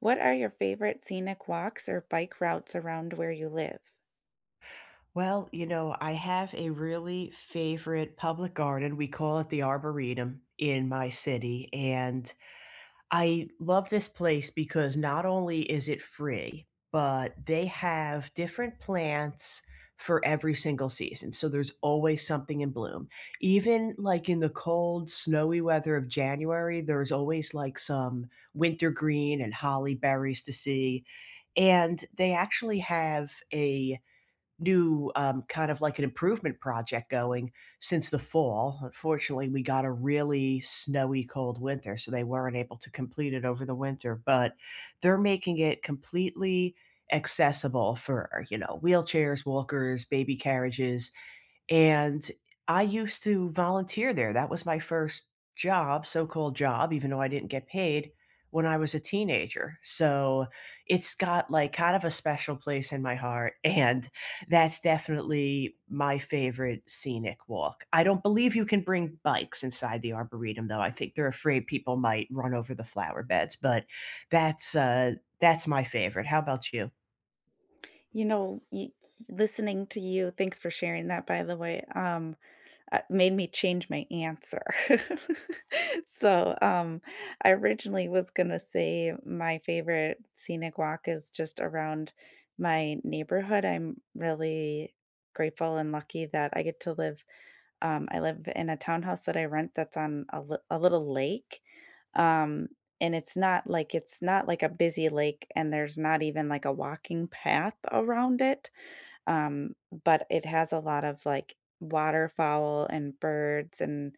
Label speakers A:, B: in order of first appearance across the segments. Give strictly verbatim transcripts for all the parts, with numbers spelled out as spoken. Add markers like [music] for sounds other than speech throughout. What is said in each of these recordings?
A: What are your favorite scenic walks or bike routes around where you live?
B: Well, you know, I have a really favorite public garden. We call it the Arboretum in my city. And I love this place because not only is it free, but they have different plants for every single season. So there's always something in bloom. Even like in the cold, snowy weather of January, there's always like some wintergreen and holly berries to see. And they actually have a new, um, kind of like an improvement project going since the fall. Unfortunately, we got a really snowy, cold winter, so they weren't able to complete it over the winter, but they're making it completely accessible for, you know, wheelchairs, walkers, baby carriages, and I used to volunteer there. That was my first job, so-called job, even though I didn't get paid when I was a teenager. So it's got like kind of a special place in my heart. [laughs] And that's definitely my favorite scenic walk. I don't believe you can bring bikes inside the Arboretum, though. I think they're afraid people might run over the flower beds, but that's uh that's my favorite. How about you?
A: You know, y- Listening to you, thanks for sharing that, by the way, um, uh, made me change my answer. [laughs] so um, I originally was going to say my favorite scenic walk is just around my neighborhood. I'm really grateful and lucky that I get to live. Um, I live in a townhouse that I rent that's on a, li- a little lake. Um, and it's not like it's not like a busy lake, and there's not even like a walking path around it. Um, but it has a lot of like waterfowl and birds and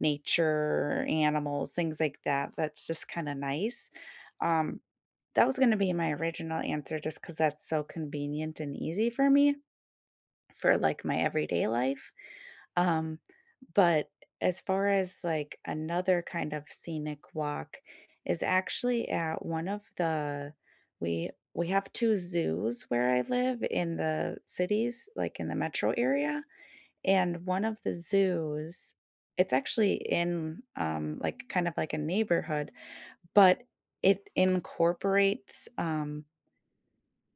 A: nature animals, things like that. That's just kind of nice. Um, that was going to be my original answer just because that's so convenient and easy for me for, like, my everyday life, um, but as far as, like, another kind of scenic walk is actually at one of the we we have two zoos where I live in the cities, like, in the metro area, and one of the zoos, it's actually in, um, like, kind of like a neighborhood, but it incorporates, um,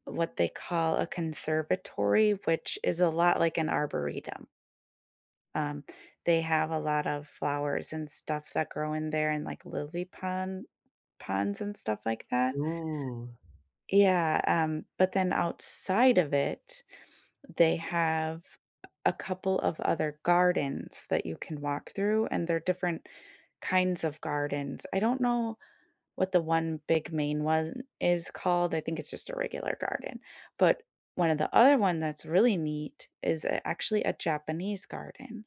A: what they call a conservatory, which is a lot like an arboretum. Um, they have a lot of flowers and stuff that grow in there, and like lily pond ponds and stuff like that.
B: Ooh.
A: Yeah, um, but then outside of it, they have a couple of other gardens that you can walk through, and they're different kinds of gardens. I don't know what the one big main one is called. I think it's just a regular garden. But one of the other one that's really neat is a- actually a Japanese garden,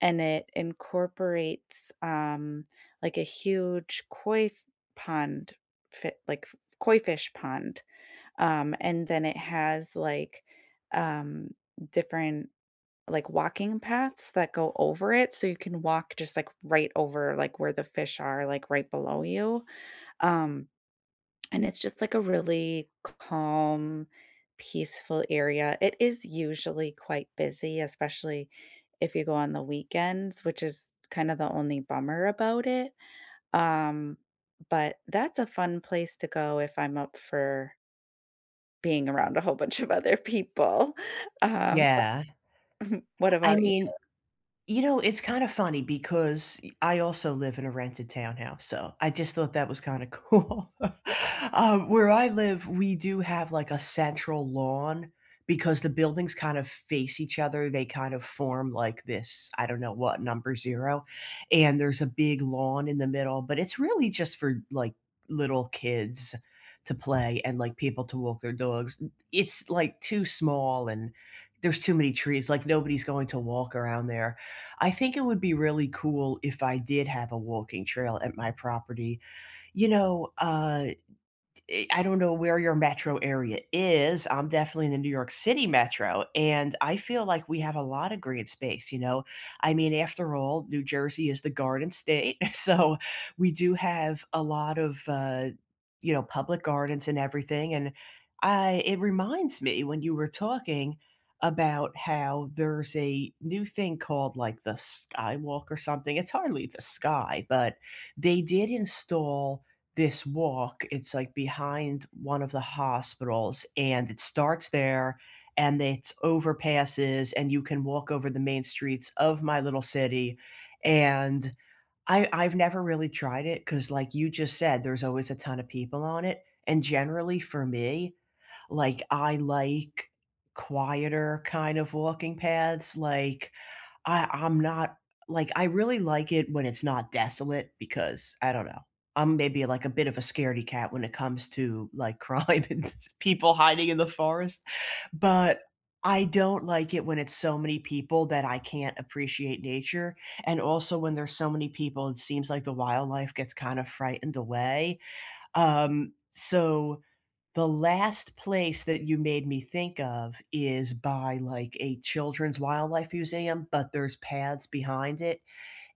A: and it incorporates, um, like, a huge koi f pond fi like, f koi fish pond, um, and then it has, like, um, different, like, walking paths that go over it, so you can walk just, like, right over, like, where the fish are, like, right below you, um and it's just like a really calm, peaceful area. It is usually quite busy, especially if you go on the weekends, which is kind of the only bummer about it. Um, but that's a fun place to go if I'm up for being around a whole bunch of other people. [laughs] Um,
B: Yeah.
A: what
B: I
A: about you?
B: mean, You know, it's kinda funny because I also live in a rented townhouse, so I just thought that was kinda cool. [laughs] Um, where I live, we do have, like, a central lawn because the buildings kind of face each other, they kind of form, like, this, I don't know what, number zero, and there's a big lawn in the middle, but it's really just for, like, little kids to play and, like, people to walk their dogs. It's, like, too small and there's too many trees, like, nobody's going to walk around there. I think it would be really cool if I did have a walking trail at my property. You know, uh eh, I don't know where your metro area is. I'm definitely in the New York City metro, and I feel like we have a lot of green space, you know? I mean, after all, New Jersey is the Garden State, [laughs] so we do have a lot of, uh, you know, public gardens and everything, and I it reminds me when you were talking about how there's a new thing called, like, the Skywalk or something. It's hardly the sky, but they did install this walk. It's like behind one of the hospitals, and it starts there, and it's overpasses, and you can walk over the main streets of my little city. And I I've never really tried it because like you just said, there's always a ton of people on it. And generally for me, like I like quieter kind of walking paths. Like I I'm not like, I really like it when it's not desolate because I don't know. I'm maybe like a bit of a scaredy cat when it comes to like crime [laughs] and s- people hiding in the forest, but I don't like it when it's so many people that I can't appreciate nature. And also when there's so many people, it seems like the wildlife gets kind of frightened away. Um, so the last place that you made me think of is by, like, a children's wildlife museum, but there's paths behind it,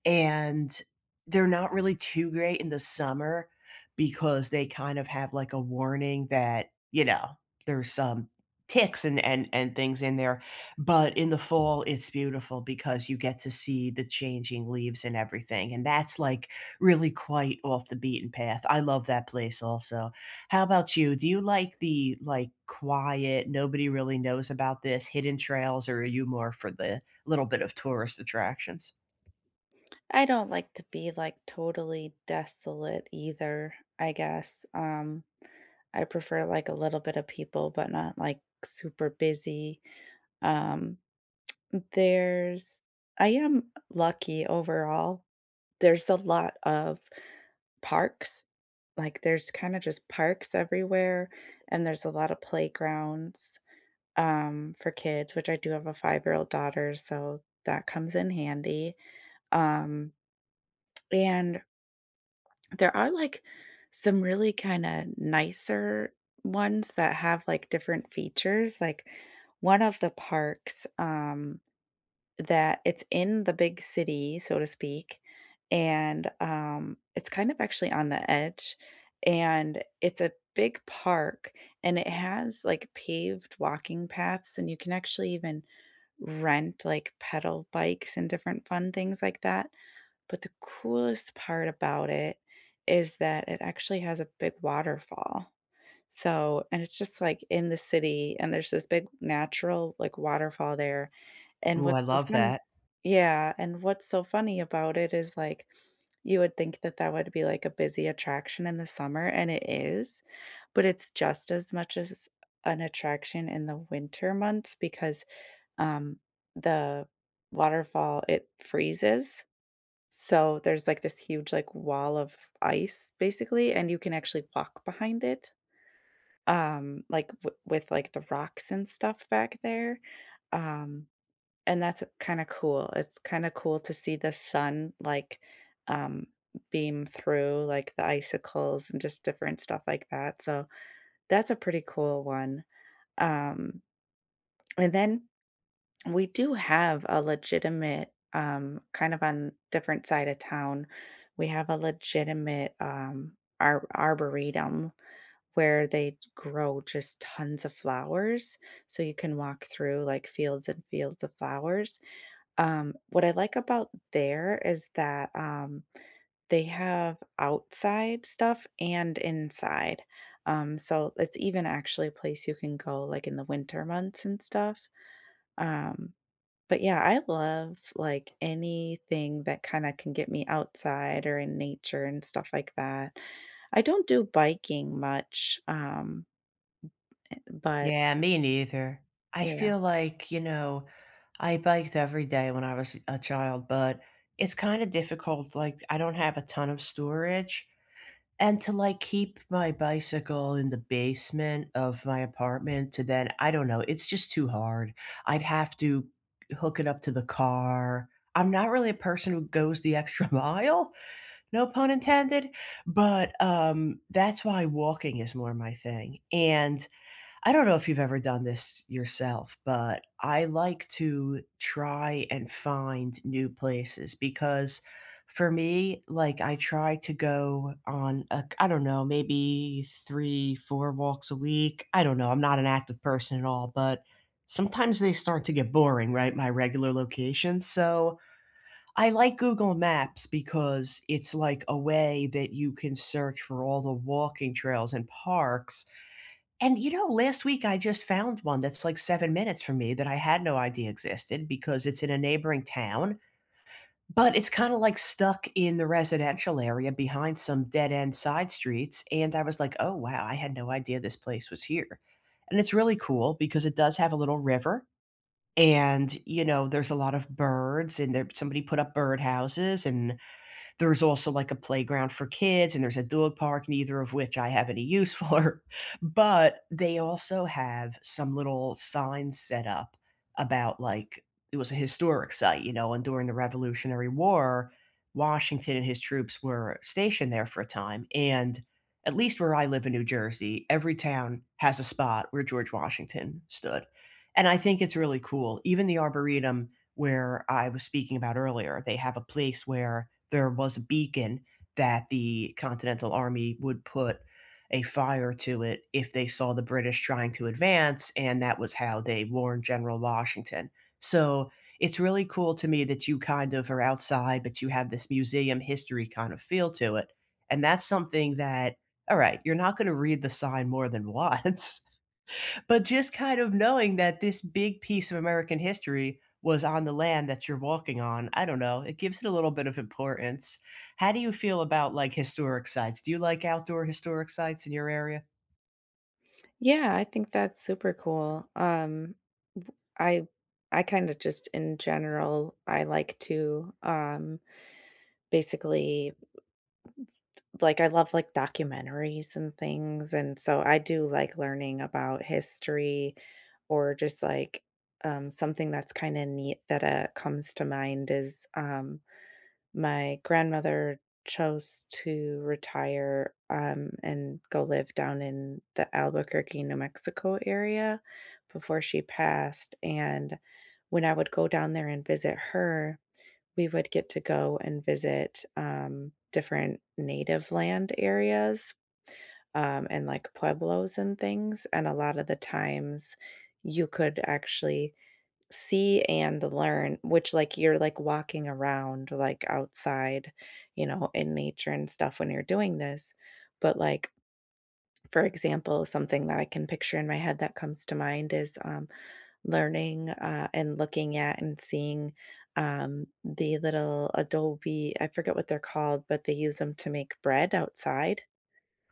B: and they're not really too great in the summer because they kind of have, like, a warning that, you know, there's some ticks and and and things in there, but in the fall, it's beautiful because you get to see the changing leaves and everything, and that's, like, really quite off the beaten path. I love that place also. How about you? Do you like the, like, quiet, nobody really knows about this, hidden trails, or are you more for the little bit of tourist attractions?
A: I don't like to be, like, totally desolate either, I guess. um, I prefer, like, a little bit of people, but not, like, super busy. Um, there's I am lucky overall. There's a lot of parks, like, there's kinda just parks everywhere, and there's a lot of playgrounds, um, for kids, which I do have a five-year-old daughter, so that comes in handy. um, and there are, like, some really kinda nicer ones that have, like, different features, like, one of the parks, um that it's in the big city, so to speak, and, um, it's kind of actually on the edge, and it's a big park, and it has, like, paved walking paths, and you can actually even rent, like, pedal bikes and different fun things like that, but the coolest part about it is that it actually has a big waterfall. So and it's just, like, in the city, and there's this big natural, like, waterfall there, and
B: Ooh, I
A: what's so
B: love
A: fun.
B: that.
A: Yeah, and what's so funny about it is, like, you would think that that would be, like, a busy attraction in the summer, and it is, but it's just as much as an attraction in the winter months because, um, the waterfall, it freezes, so there's, like, this huge, like, wall of ice, basically, and you can actually walk behind it, um, like, w with, like, the rocks and stuff back there, um, and that's kinda cool. It's kinda cool to see the sun, like, um, beam through, like, the icicles and just different stuff like that, so that's a pretty cool one. um, and then we do have a legitimate, um, kind of on different side of town, we have a legitimate, um, ar arboretum where they grow just tons of flowers, so you can walk through, like, fields and fields of flowers. Um, what I like about there is that, um, they have outside stuff and inside. Um, so it's even actually a place you can go, like, in the winter months and stuff. Um, but yeah, I love, like, anything that kinda can get me outside or in nature and stuff like that. I don't do biking much, um but
B: Yeah, me neither. I
A: yeah.
B: feel like, you know, I biked every day when I was a child, but it's kind of difficult. Like, I don't have a ton of storage. And to like keep my bicycle in the basement of my apartment to then, I don't know, it's just too hard. I'd have to hook it up to the car. I'm not really a person who goes the extra [laughs] mile, no pun intended, but um, that's why walking is more my thing. And I don't know if you've ever done this yourself, but I like to try and find new places because for me, like I try to go on a, I don't know, maybe three, four walks a week. I don't know. I'm not an active person at all, but sometimes they start to get boring, right? My regular locations. So I like Google Maps because it's like a way that you can search for all the walking trails and parks and, you know, last week I just found one that's, like, seven minutes from me that I had no idea existed because it's in a neighboring town, but it's kinda, like, stuck in the residential area behind some dead-end side streets, and I was like, "Oh, wow, I had no idea this place was here." And it's really cool because it does have a little river, and, you know, there's a lot of birds, and there somebody put up birdhouses, and there's also like a playground for kids and there's a dog park, neither of which I have any use for. [laughs] But they also have some little signs set up about like it was a historic site, you know, and during the Revolutionary War, Washington and his troops were stationed there for a time. And at least where I live in New Jersey, every town has a spot where George Washington stood. And I think it's really cool. Even the Arboretum, where I was speaking about earlier, they have a place where there was a beacon that the Continental Army would put a fire to it if they saw the British trying to advance, and that was how they warned General Washington. So it's really cool to me that you kind of are outside, but you have this museum history kind of feel to it. And that's something that, all right, you're not going to read the sign more than once. [laughs] But just kind of knowing that this big piece of American history was on the land that you're walking on, I don't know, it gives it a little bit of importance. How do you feel about, like, historic sites? Do you like outdoor historic sites in your area?
A: Yeah, I think that's super cool. Um, w- I I kind of just in general, I like to um basically like I love like documentaries and things, and so I do like learning about history or just like um something that's kind of neat that uh, comes to mind is um my grandmother chose to retire, um, and go live down in the Albuquerque, New Mexico area before she passed, and when I would go down there and visit her, we would get to go and visit, um, different native land areas, um, and, like, pueblos and things, and a lot of the times, you could actually see and learn, which, like, you're, like, walking around, like, outside, you know, in nature and stuff when you're doing this, but, like, for example, something that I can picture in my head that comes to mind is, um, learning, uh, and looking at and seeing, um, the little adobe, I forget what they're called, but they use them to make bread outside.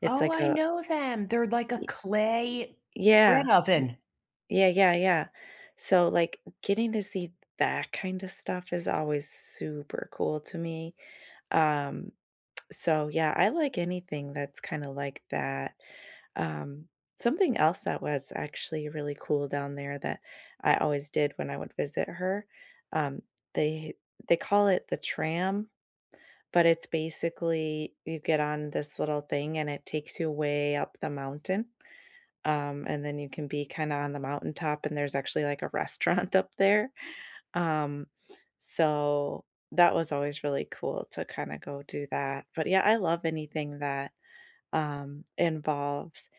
A: It's
B: Oh,
A: like
B: I
A: a
B: know them. They're like a clay bread
A: yeah.
B: oven.
A: Yeah, yeah, yeah. So, like, getting to see that kind of stuff is always super cool to me. Um, so yeah, I like anything that's kind of like that. Um, Something else that was actually really cool down there that I always did when I would visit her, um, they they call it the tram, but it's basically you get on this little thing and it takes you way up the mountain. Um, and then you can be kinda on the mountaintop, and there's actually, like, a restaurant [laughs] up there. Um, so that was always really cool to kinda go do that. But, yeah, I love anything that, um, involves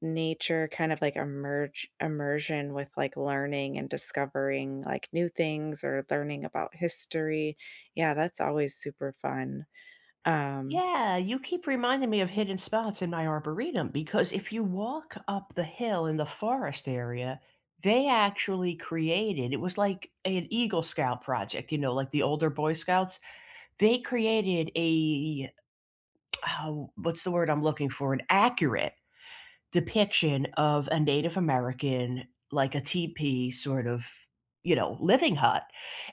A: nature, kind of like emerge immersion with, like, learning and discovering, like, new things or learning about history. Yeah, that's always super fun. Um
B: Yeah, you keep reminding me of hidden spots in my arboretum because if you walk up the hill in the forest area, they actually created it was like an Eagle Scout project, you know, like the older Boy Scouts. They created a oh, what's the word I'm looking for? An accurate depiction of a Native American, like a teepee sort of, you know, living hut,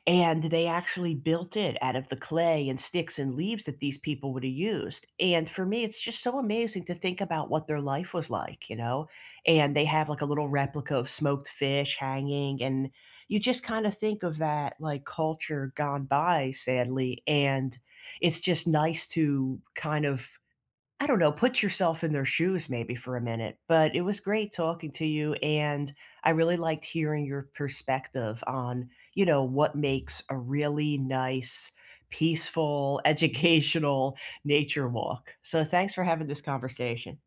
B: and they actually built it out of the clay and sticks and leaves that these people would have used, and for me, it's just so amazing to think about what their life was like, you know, and they have, like, a little replica of smoked fish hanging, and you just kinda think of that, like, culture gone by, sadly, and it's just nice to kind of I don't know, put yourself in their shoes maybe for a minute, but it was great talking to you, and I really liked hearing your perspective on, you know, what makes a really nice, peaceful, [laughs] educational nature walk. So thanks for having this conversation.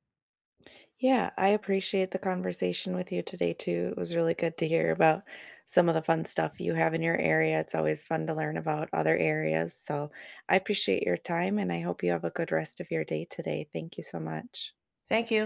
A: Yeah, I appreciate the conversation with you today too. It was really good to hear about some of the fun stuff you have in your area. It's always fun to learn about other areas. So I appreciate your time and I hope you have a good rest of your day today. Thank you so much.
B: Thank you.